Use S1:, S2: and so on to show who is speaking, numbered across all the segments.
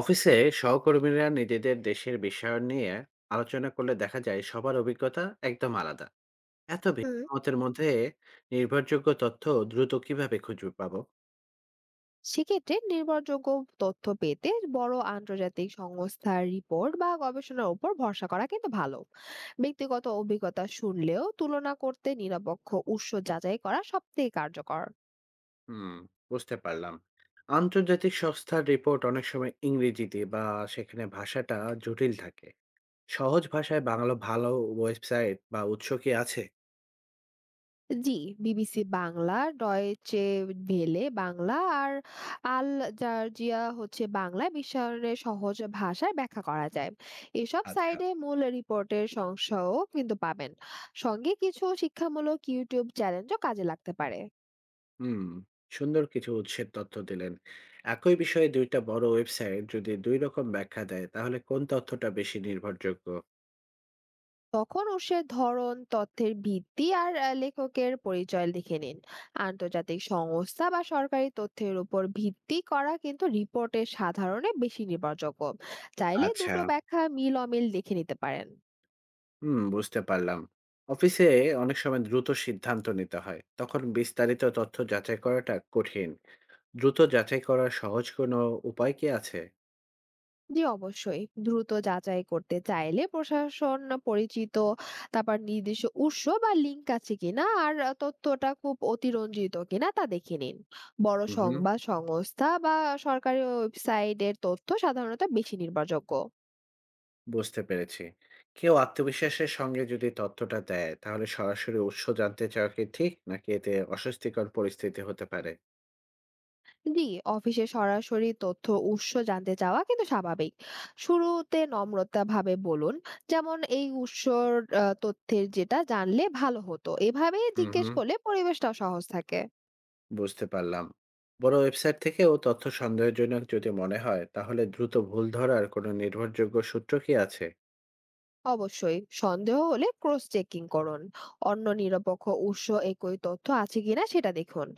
S1: অফিসে সহকর্মীরা নিজেদের দেশের বিষয় নিয়ে আলোচনা করলে দেখা যায় সবার অভিজ্ঞতা একদম আলাদা। এত ভিন্ন
S2: হুম।
S1: মতের মধ্যে নির্ভরযোগ্য তথ্য দ্রুত কিভাবে খুঁজে পাবো?
S2: সেক্ষেত্রে নির্ভরযোগ্য তথ্য পেতে বড় আন্তর্জাতিক সংস্থার রিপোর্ট বা গবেষণার উপর ভরসা করা কিন্তু ভালো। ব্যক্তিগত অভিজ্ঞতা শুনলেও তুলনা করতে নিরপেক্ষ উৎস যাচাই করা সবথেকে কার্যকর।
S1: হুম, বুঝতে পারলাম। আন্তর্জাতিক সংস্থার রিপোর্ট অনেক সময় ইংরেজিতে, বা সেখানে ভাষাটা জটিল থাকে। সহজ ভাষায় বাংলা ভালো ওয়েবসাইট বা উৎস কি আছে?
S2: জি, BBC Bangla, Deutsche Welle Bangla আর আল জাজিরা হচ্ছে বাংলায় বিশ্বায়নের সহজ ভাষায় ব্যাখ্যা করা যায়। এসব
S1: আচ্ছা।
S2: সাইডে মূল রিপোর্টের সংশয়ও কিন্তু পাবেন। সঙ্গে কিছু শিক্ষামূলক ইউটিউব চ্যালেঞ্জও কাজে লাগতে পারে।
S1: হুম, সুন্দর কিছু উৎসের তথ্য দিলেন। একই বিষয়ে দুইটা বড় ওয়েবসাইট যদি দুই রকম ব্যাখ্যা দেয়, তাহলে কোন তথ্যটা বেশি নির্ভরযোগ্য?
S2: তখন উৎসের ধরন, তথ্যের ভিত্তি আর লেখকের পরিচয় লিখে নিন। আন্তর্জাতিক সংস্থা বা সরকারি তথ্যের উপর ভিত্তি করা কিন্তু রিপোর্টের সাধারণে বেশি নির্ভরযোগ্য। চাইলে
S1: আচ্ছা,
S2: দুটো ব্যাখ্যা মিল অমিল দেখে নিতে পারেন।
S1: হুম, বুঝতে পারলাম। অফিসে অনেক সময় দ্রুত সিদ্ধান্ত নিতে হয়, তখন বিস্তারিত তথ্য যাচাই করাটা কঠিন। দ্রুত যাচাই করার সহজ কোনো উপায় কি আছে?
S2: জি অবশ্যই। দ্রুত যাচাই করতে চাইলে প্রশাসন পরিচিত, তারপর নির্দিষ্ট উৎস বা লিঙ্ক আছে কিনা আর তথ্যটা খুব অতিরঞ্জিত কিনা তা দেখে নিন। বড়
S1: হুম,
S2: সংবাদ সংস্থা বা সরকারি ওয়েবসাইটের তথ্য সাধারণত বেশি নির্ভরযোগ্য।
S1: বুঝতে পেরেছি। কেউ আত্মবিশ্বাসের সঙ্গে যদি তথ্যটা দেয়, তাহলে সরাসরি উৎস জানতে চাওয়া কি ঠিক, নাকি এতে অস্বস্তিকর পরিস্থিতি হতে পারে?
S2: জি, অফিসে সরাসরি তথ্য উৎস জানতে চাওয়া কিন্তু স্বাভাবিক। শুরুতে নম্রতা ভাবে বলুন, যেমন এই উৎসর তথ্যের যেটা জানলে ভালো হতো, এভাবে জিজ্ঞেস
S1: হুম,
S2: করলে পরিবেশটাও সহজ থাকে।
S1: বুঝতে পারলাম। বড় ওয়েবসাইট থেকেও তথ্য সন্দেহজনক যদি মনে হয়, তাহলে দ্রুত ভুল ধরার কোনো নির্ভরযোগ্য সূত্র কি আছে?
S2: অবশ্যই, সন্দেহ হলে ক্রস চেকিং করুন। অন্য নিরপেক্ষ উৎস একই তথ্য আছে কিনা সেটা দেখুন।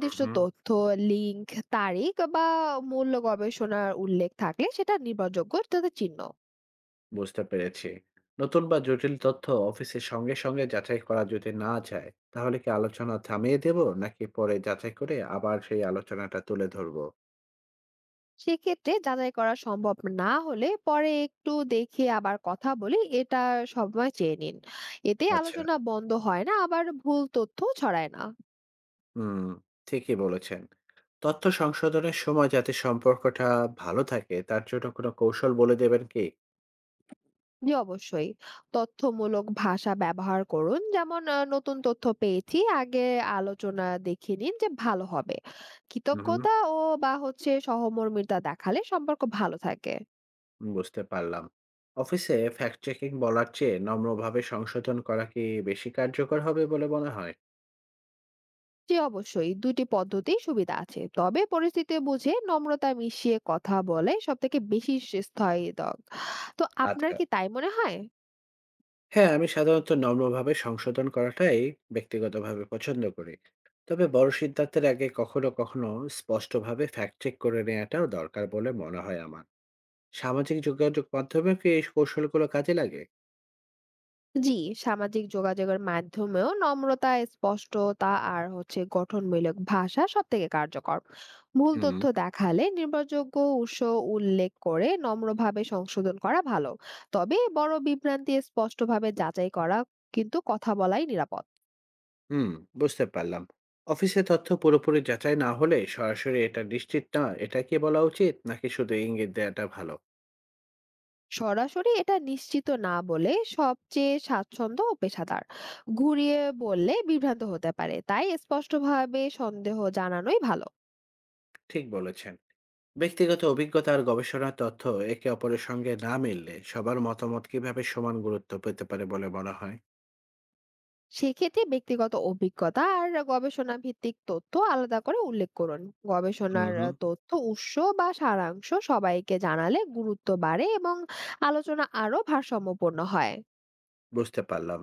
S1: হুম, হুম।
S2: তথ্য, লিঙ্ক, তারিখ বা মূল্য গবেষণার উল্লেখ থাকলে সেটা নির্ভরযোগ্য তাদের চিহ্ন।
S1: বুঝতে পেরেছি। নতুন বা জটিল তথ্য অফিসের সঙ্গে যাচাই করা যদি না যায়, তাহলে কি আলোচনা থামিয়ে দেব? নাকি পরে যাচাই করে আবার সেই আলোচনাটা তুলে ধরবো?
S2: সেক্ষেত্রে যাচাই করা সম্ভব না হলে পরে একটু দেখে আবার কথা বলি, এটা সময় চেয়ে নিন। এতে
S1: আচ্ছা।
S2: আলোচনা বন্ধ হয় না, আবার ভুল তথ্য ছড়ায় না।
S1: হুম, ঠিকই বলেছেন। তথ্য সংশোধনের সময় যাতে সম্পর্কটা ভালো থাকে, তার জন্য কোনো কৌশল বলে দেবেন কি?
S2: জি অবশ্যই। তথ্যমূলক ভাষা ব্যবহার করুন। যেমন, নতুন তথ্য পেয়েছি, আগে আলোচনা দেখে নিন যে ভালো হবে।
S1: হুম, হুম।
S2: কৃতজ্ঞতা ও বা হচ্ছে সহমর্মিতা দেখালে সম্পর্ক ভালো থাকে।
S1: বুঝতে পারলাম। অফিসে ফ্যাক্ট চেকিং বলার চেয়ে নম্রভাবে সংশোধন করা কি বেশি কার্যকর হবে বলে মনে হয়?
S2: জি অবশ্যই। ২টি টি পদ্ধতিই সুবিধা আছে। তবে পরিস্থিতি বুঝে নম্রতা মিশিয়ে কথা বলে সবথেকে বেশি স্থায়ী দক। তো আপনার
S1: আচ্ছা,
S2: কি তাই মনে হয়?
S1: হ্যাঁ, আমি সাধারণত নম্রভাবে সংশোধন করাটাই ব্যক্তিগতভাবে পছন্দ করি। তবে বড় সিদ্ধান্তের আগে কখনো কখনো স্পষ্টভাবে ফ্যাক্ট চেক করে নেওয়াটাও দরকার বলে মনে হয় আমার। সামাজিক যোগাযোগ মাধ্যমে কি এই কৌশলগুলো কাজে লাগে?
S2: জি, সামাজিক যোগাযোগের মাধ্যমেও নম্রতা, স্পষ্টতা আর হচ্ছে গঠনমূলক ভাষা সবথেকে কার্যকর। ভুল
S1: হুম,
S2: তথ্য দেখালে নির্ভরযোগ্য উৎস উল্লেখ করে নম্রভাবে সংশোধন করা ভালো। তবে বড় বিভ্রান্তি স্পষ্টভাবে যাচাই করা কিন্তু কথা বলাই নিরাপদ।
S1: হুম, বুঝতে পারলাম। অফিসে তথ্য পুরোপুরি যাচাই না হলে সরাসরি এটা নিশ্চিত না, এটা কি বলা উচিত, নাকি শুধু ইঙ্গিত দেওয়াটা ভালো?
S2: সরাসরি এটা নিশ্চিত না বলে সবচেয়ে স্বাচ্ছন্দ্য ও পেশাদার। ঘুরিয়ে বললে বিভ্রান্ত হতে পারে। তাই স্পষ্টভাবে সন্দেহ জানানোই ভালো।
S1: ঠিক বলেছেন। ব্যক্তিগত অভিজ্ঞতা আর গবেষণার তথ্য একে অপরের সঙ্গে না মিললে সবার মতামত কিভাবে সমান গুরুত্ব পেতে পারে বলে মনে হয়?
S2: সেক্ষেত্রে ব্যক্তিগত অভিজ্ঞতা আর গবেষণা ভিত্তিক তথ্য আলাদা করে উল্লেখ করুন।
S1: হুম,
S2: গবেষণার
S1: হুম।
S2: তথ্য উৎস বা সারাংশ সবাইকে জানালে গুরুত্ব বাড়ে এবং আলোচনা আরো ভারসাম্যপূর্ণ হয়।
S1: বুঝতে পারলাম।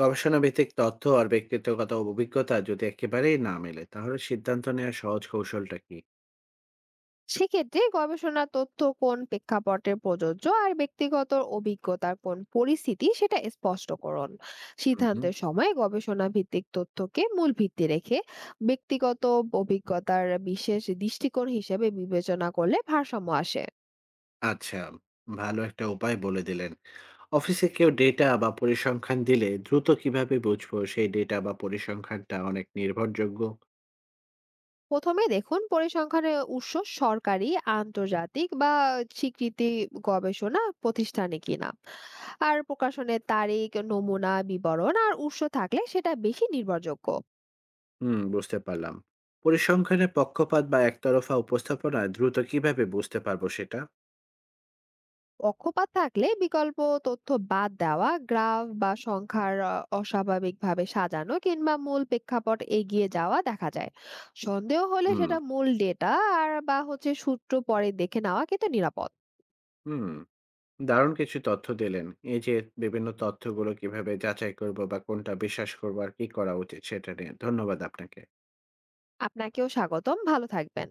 S1: গবেষণা ভিত্তিক তথ্য আর ব্যক্তিগত অভিজ্ঞতা যদি একেবারেই না মেলে, তাহলে সিদ্ধান্ত নেওয়ার সহজ কৌশলটা কি?
S2: সেক্ষেত্রে গবেষণা তথ্য কোন প্রেক্ষাপটে প্রযোজ্য আর ব্যক্তিগত অভিজ্ঞতার কোন পরিস্থিতি সেটা স্পষ্ট করুন।
S1: হুম, হুম।
S2: সিদ্ধান্তের সময় গবেষণা ভিত্তিক তথ্যকে মূল ভিত্তি রেখে ব্যক্তিগত অভিজ্ঞতার বিশেষ দৃষ্টিকোণ হিসেবে বিবেচনা করলে ভারসাম্য আসে।
S1: আচ্ছা, ভালো একটা উপায় বলে দিলেন। অফিসে কেউ ডেটা বা পরিসংখ্যান দিলে দ্রুত কিভাবে বুঝবো সেই ডেটা বা পরিসংখ্যানটা অনেক নির্ভরযোগ্য?
S2: প্রথমে দেখুন পরিসংখ্যানের উৎস সরকারি, আন্তর্জাতিক বা স্বীকৃতি গবেষণা প্রতিষ্ঠানে কিনা। আর প্রকাশনের তারিখ, নমুনা বিবরণ আর উৎস থাকলে সেটা বেশি নির্ভরযোগ্য।
S1: হুম, বুঝতে পারলাম। পরিসংখ্যানের পক্ষপাত বা একতরফা উপস্থাপনা দ্রুত কিভাবে বুঝতে পারবো সেটা?
S2: পক্ষপাত থাকলে বিকল্প তথ্য বাদ দেওয়া, গ্রাফ বা সংখ্যার অস্বাভাবিকভাবে সাজানো, কিংবা মূল প্রেক্ষাপট এগিয়ে যাওয়া দেখা যায়। সন্দেহ হলে
S1: হুম,
S2: সেটা মূল ডেটা আর বা হচ্ছে সূত্র পরে দেখে নেওয়া কিন্তু নিরাপদ।
S1: হুম। দারুণ কিছু তথ্য দিলেন। এই যে বিভিন্ন তথ্যগুলো কিভাবে যাচাই করব বা কোনটা বিশ্বাস করবো আর কি করা উচিত সেটা নিয়ে, ধন্যবাদ আপনাকে।
S2: আপনাকেও স্বাগতম। ভালো থাকবেন।